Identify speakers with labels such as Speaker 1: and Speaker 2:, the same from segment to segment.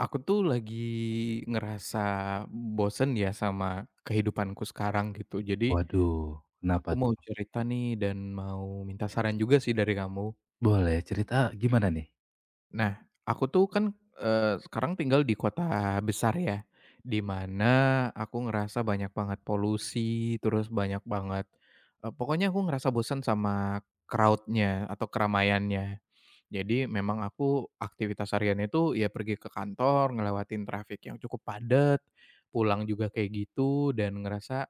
Speaker 1: Aku tuh lagi ngerasa bosen ya sama kehidupanku sekarang gitu. Jadi
Speaker 2: Waduh, kenapa
Speaker 1: aku mau
Speaker 2: tuh?
Speaker 1: cerita nih dan mau minta saran juga sih dari kamu.
Speaker 2: Boleh cerita gimana nih?
Speaker 1: Nah, aku tuh kan, sekarang tinggal di kota besar ya, di mana aku ngerasa banyak banget polusi, terus banyak banget, pokoknya aku ngerasa bosen sama crowd-nya atau keramaiannya. Jadi memang aku aktivitas harian itu ya pergi ke kantor, ngelewatin trafik yang cukup padat, pulang juga kayak gitu dan ngerasa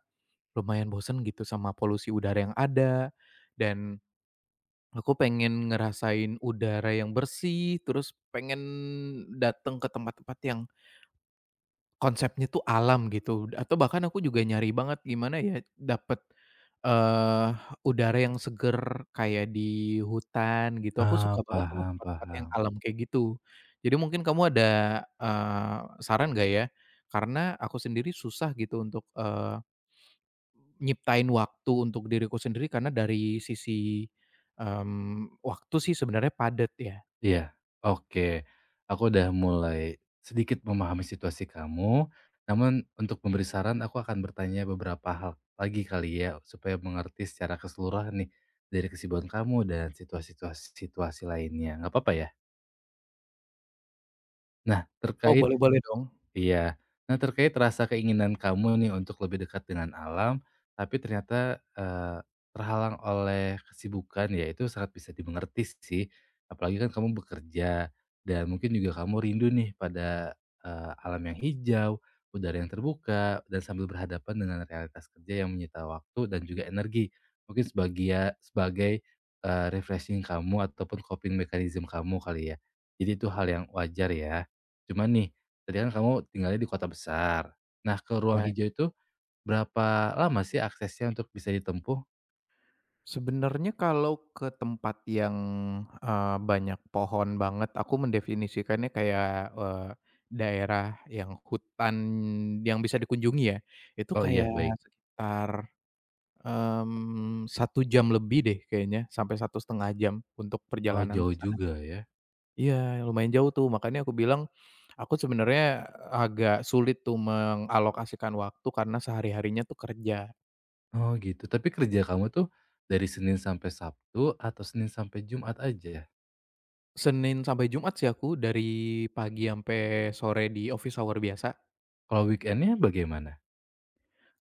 Speaker 1: lumayan bosen gitu sama polusi udara yang ada, dan aku pengen ngerasain udara yang bersih, terus pengen datang ke tempat-tempat yang konsepnya tuh alam gitu atau bahkan aku juga nyari banget gimana ya dapet, eee, udara yang seger kayak di hutan gitu, aku
Speaker 2: Ah,
Speaker 1: suka banget sama
Speaker 2: paham
Speaker 1: tempat-tempat yang
Speaker 2: paham.
Speaker 1: alam kayak gitu. Jadi mungkin kamu ada, eee, saran nggak ya? Karena aku sendiri susah gitu untuk, nyiptain waktu untuk diriku sendiri karena dari sisi, waktu sih sebenarnya padat ya.
Speaker 2: Iya, oke. Aku udah mulai sedikit memahami situasi kamu, namun untuk memberi saran aku akan bertanya beberapa hal lagi kali ya, supaya mengerti secara keseluruhan nih, dari kesibukan kamu dan situasi situasi situasi lainnya, nggak apa-apa ya? Nah,
Speaker 1: Oh,
Speaker 2: terkait
Speaker 1: boleh boleh dong.
Speaker 2: iya. Nah, terkait rasa keinginan kamu nih untuk lebih dekat dengan alam, tapi ternyata, terhalang oleh kesibukan, ya itu sangat bisa dimengerti sih. Apalagi kan kamu bekerja dan mungkin juga kamu rindu nih pada, alam yang hijau, udara yang terbuka, dan sambil berhadapan dengan realitas kerja yang menyita waktu dan juga energi. Mungkin sebagai sebagai, refreshing kamu ataupun coping mechanism kamu kali ya. Jadi itu hal yang wajar ya. Cuman nih, tadi kan kamu tinggalnya di kota besar. Nah, ke ruang
Speaker 1: Ya.
Speaker 2: hijau itu berapa lama sih aksesnya untuk bisa ditempuh?
Speaker 1: Sebenarnya kalau ke tempat yang, banyak pohon banget, aku mendefinisikannya kayak, daerah yang hutan yang bisa dikunjungi ya, itu
Speaker 2: Oh iya,
Speaker 1: kayak Mhm.
Speaker 2: baik.
Speaker 1: sekitar, 1 jam lebih deh kayaknya, sampai 1,5 jam untuk
Speaker 2: Oh,
Speaker 1: perjalanan ke
Speaker 2: jauh
Speaker 1: sana.
Speaker 2: juga ya.
Speaker 1: Iya, lumayan jauh tuh, makanya aku bilang, aku sebenarnya agak sulit tuh mengalokasikan waktu karena sehari-harinya tuh kerja.
Speaker 2: Oh, gitu. Tapi kerja kamu tuh dari Senin sampai Sabtu atau Senin sampai Jumat aja, ya?
Speaker 1: Senin sampai Jumat sih aku, dari pagi sampai sore di office hour biasa.
Speaker 2: Kalau weekendnya bagaimana?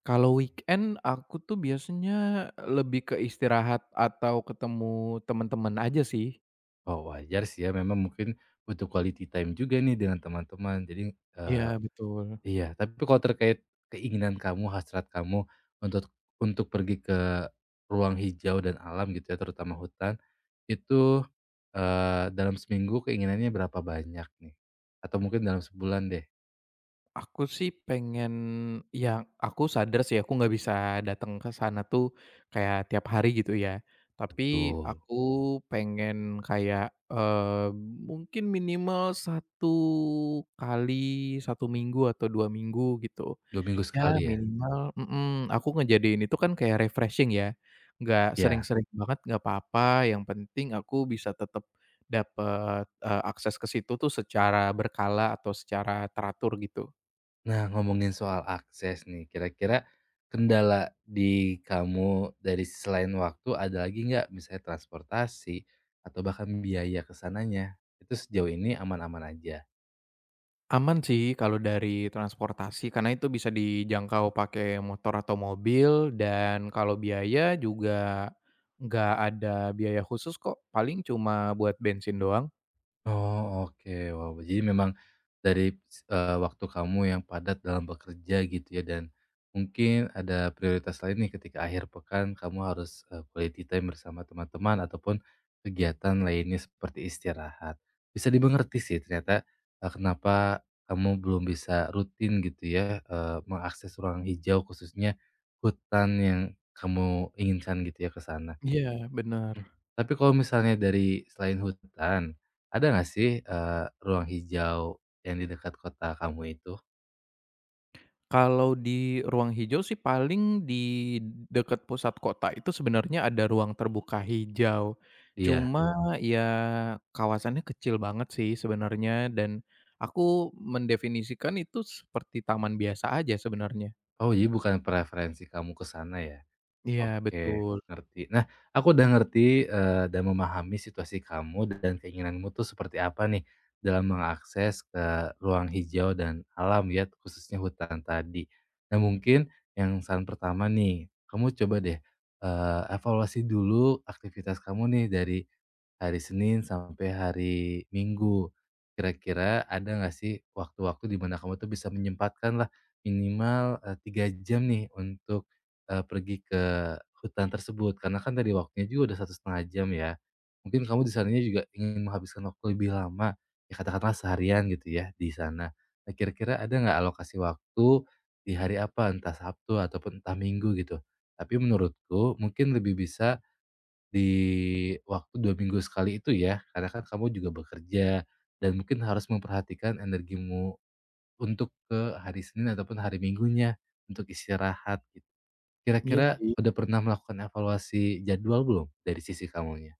Speaker 1: Kalau weekend aku tuh biasanya lebih ke istirahat atau ketemu teman-teman aja sih.
Speaker 2: Oh, wajar sih ya, memang mungkin butuh quality time juga nih dengan teman-teman. Jadi,
Speaker 1: Iya betul.
Speaker 2: iya, tapi kalau terkait keinginan kamu, hasrat kamu untuk untuk pergi ke ruang hijau dan alam gitu ya, terutama hutan, itu, dalam seminggu keinginannya berapa banyak nih? Atau mungkin dalam sebulan deh?
Speaker 1: Aku sih pengen ya aku sadar sih aku nggak bisa datang ke sana tuh kayak tiap hari gitu ya. Tapi
Speaker 2: Betul,
Speaker 1: aku pengen kayak, eee, mungkin minimal satu kali satu minggu atau 2 minggu gitu.
Speaker 2: dua minggu
Speaker 1: Ya
Speaker 2: sekali ya?
Speaker 1: minimal mhm, aku ngejadiin itu kan kayak refreshing ya, nggak
Speaker 2: Iya.
Speaker 1: sering-sering banget nggak apa-apa, yang penting aku bisa tetap dapet, akses ke situ tuh secara berkala atau secara teratur gitu.
Speaker 2: Nah, ngomongin soal akses nih, kira-kira kendala di kamu dari selain waktu ada lagi nggak? Misalnya transportasi atau bahkan biaya kesananya itu sejauh ini aman-aman aja?
Speaker 1: Aman sih kalau dari transportasi karena itu bisa dijangkau pakai motor atau mobil dan kalau biaya juga nggak ada biaya khusus kok, paling cuma buat bensin doang.
Speaker 2: Oh, oke. Wow, jadi memang dari, waktu kamu yang padat dalam bekerja gitu ya, dan mungkin ada prioritas lain nih ketika akhir pekan kamu harus, quality time bersama teman-teman ataupun kegiatan lainnya seperti istirahat. Bisa dimengerti sih ternyata, kenapa kamu belum bisa rutin gitu ya, mengakses ruang hijau khususnya hutan yang kamu inginkan gitu ya ke sana.
Speaker 1: Iya bener.
Speaker 2: Mmm, tapi kalau misalnya dari selain hutan, ada nggak sih, ruang hijau yang di dekat kota kamu itu?
Speaker 1: Kalau di ruang hijau sih paling di dekat pusat kota itu sebenarnya ada ruang terbuka hijau.
Speaker 2: Iya.
Speaker 1: Cuma iya, ya kawasannya kecil banget sih sebenarnya dan aku mendefinisikan itu seperti taman biasa aja sebenarnya.
Speaker 2: Oh, jadi bukan preferensi kamu ke sana ya?
Speaker 1: Iya
Speaker 2: Oke,
Speaker 1: betul.
Speaker 2: ngerti. Nah, aku udah ngerti, dan memahami situasi kamu dan keinginanmu tuh seperti apa nih, dalam mengakses ke ruang hijau dan alam ya, khususnya hutan tadi. Nah, mungkin yang saran pertama nih, kamu coba deh, evaluasi dulu aktivitas kamu nih dari hari Senin sampai hari Minggu. Kira-kira ada nggak sih waktu-waktu di mana kamu tuh bisa menyempatkan lah minimal, 3 jam nih untuk, pergi ke hutan tersebut? Karena kan tadi waktunya juga udah satu setengah jam ya. Mungkin kamu di sananya juga ingin menghabiskan waktu lebih lama, ya katakanlah seharian gitu ya di sana. Nah, kira-kira ada nggak alokasi waktu di hari apa, entah Sabtu ataupun entah Minggu gitu? Tapi menurutku mungkin lebih bisa di waktu 2 minggu sekali itu ya, karena kan kamu juga bekerja dan mungkin harus memperhatikan energimu untuk ke hari Senin ataupun hari Minggunya untuk istirahat gitu.
Speaker 1: Iya
Speaker 2: Kira-kira
Speaker 1: sih.
Speaker 2: udah pernah melakukan evaluasi jadwal belum dari sisi kamunya?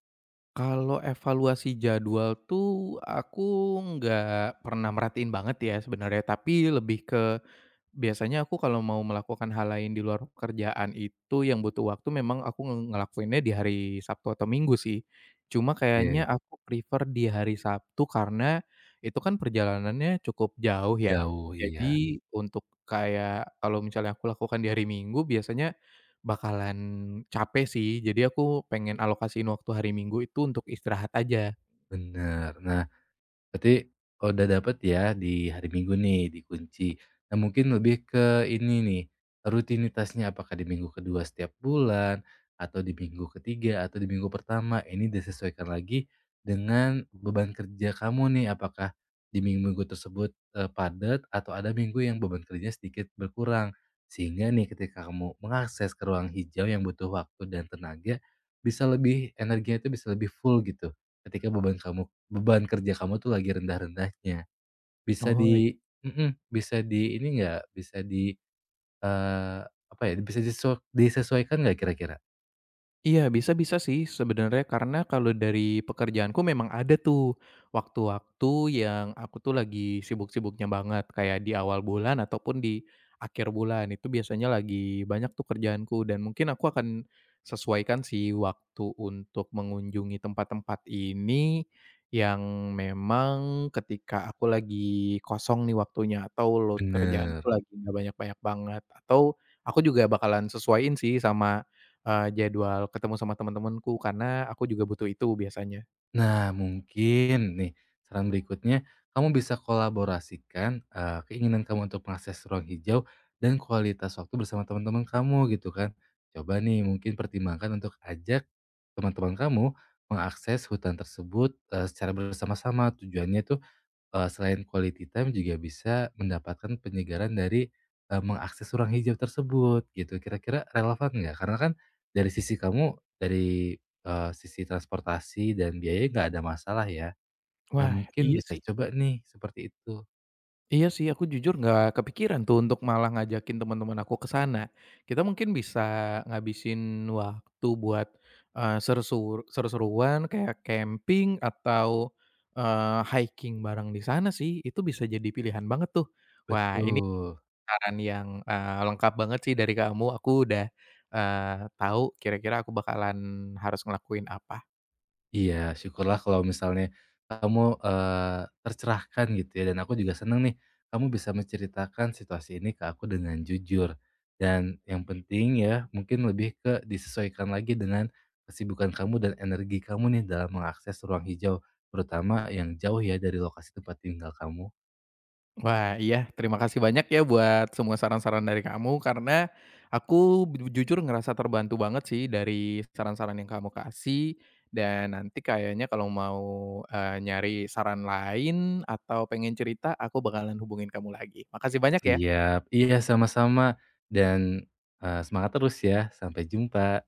Speaker 1: Kalau evaluasi jadwal tuh aku nggak pernah merhatiin banget ya sebenarnya, tapi lebih ke biasanya aku kalau mau melakukan hal lain di luar pekerjaan itu yang butuh waktu memang aku ngelakuinnya di hari Sabtu atau Minggu sih. Cuma
Speaker 2: Oke,
Speaker 1: kayaknya aku prefer di hari Sabtu karena itu kan perjalanannya cukup jauh ya.
Speaker 2: jauh, iya,
Speaker 1: Jadi untuk kayak kalau misalnya aku lakukan di hari Minggu biasanya bakalan capek sih. Jadi aku pengen alokasiin waktu hari Minggu itu untuk istirahat aja.
Speaker 2: bener. Nah, berarti kalau udah dapet ya di hari Minggu nih, dikunci. Nah, mungkin lebih ke ini nih, rutinitasnya apakah di minggu kedua setiap bulan, atau di minggu ketiga atau di minggu pertama, ini disesuaikan lagi dengan beban kerja kamu nih, apakah di minggu-minggu tersebut, padat atau ada minggu yang beban kerja sedikit berkurang. Sehingga nih ketika kamu mengakses ke ruang hijau yang butuh waktu dan tenaga, bisa lebih energinya itu bisa lebih full gitu, ketika beban kamu, beban kerja kamu tuh lagi rendah-rendahnya. Bisa
Speaker 1: Oh.
Speaker 2: di mhm, bisa di ini nggak bisa di, eee, apa ya, bisa disesuaikan nggak kira-kira?
Speaker 1: Iya, bisa-bisa sih sebenarnya karena kalau dari pekerjaanku memang ada tuh waktu-waktu yang aku tuh lagi sibuk-sibuknya banget, kayak di awal bulan ataupun di akhir bulan. Itu biasanya lagi banyak tuh kerjaanku dan mungkin aku akan sesuaikan sih waktu untuk mengunjungi tempat-tempat ini yang memang ketika aku lagi kosong nih waktunya atau load kerjaanku
Speaker 2: Bener.
Speaker 1: lagi nggak banyak-banyak banget atau aku juga bakalan sesuaiin sih sama eee, jadwal ketemu sama teman-temanku karena aku juga butuh itu biasanya.
Speaker 2: Nah, mungkin nih saran berikutnya, kamu bisa kolaborasikan, keinginan kamu untuk mengakses ruang hijau dan kualitas waktu bersama teman-teman kamu gitu kan. Coba nih mungkin pertimbangkan untuk ajak teman-teman kamu mengakses hutan tersebut, secara bersama-sama. Tujuannya itu, selain quality time juga bisa mendapatkan penyegaran dari, mengakses ruang hijau tersebut gitu, kira-kira relevan nggak? Karena kan dari sisi kamu dari, sisi transportasi dan biaya nggak ada masalah ya. Nah,
Speaker 1: Wah,
Speaker 2: mungkin
Speaker 1: iya
Speaker 2: bisa
Speaker 1: sih
Speaker 2: coba nih seperti itu.
Speaker 1: iya sih, aku jujur nggak kepikiran tuh untuk malah ngajakin teman-teman aku ke sana. Kita mungkin bisa ngabisin waktu buat, seru-seruan kayak camping atau, hiking bareng di sana sih, itu bisa jadi pilihan banget tuh. Wah, ini
Speaker 2: Betul.
Speaker 1: saran yang, lengkap banget sih dari kamu, aku udah, tahu kira-kira aku bakalan harus ngelakuin apa.
Speaker 2: Iya, syukurlah kalau misalnya kamu, tercerahkan gitu ya, dan aku juga senang nih kamu bisa menceritakan situasi ini ke aku dengan jujur. Dan yang penting ya, mungkin lebih ke disesuaikan lagi dengan kesibukan kamu dan energi kamu nih dalam mengakses ruang hijau, terutama yang jauh ya dari lokasi tempat tinggal kamu.
Speaker 1: Wah, iya. Terima kasih banyak ya buat semua saran-saran dari kamu, karena aku jujur ngerasa terbantu banget sih dari saran-saran yang kamu kasih, dan nanti kayaknya kalau mau, nyari saran lain atau pengen cerita, aku bakalan hubungin kamu lagi. Makasih banyak ya.
Speaker 2: Siap, iya sama-sama dan, semangat terus ya, sampai jumpa.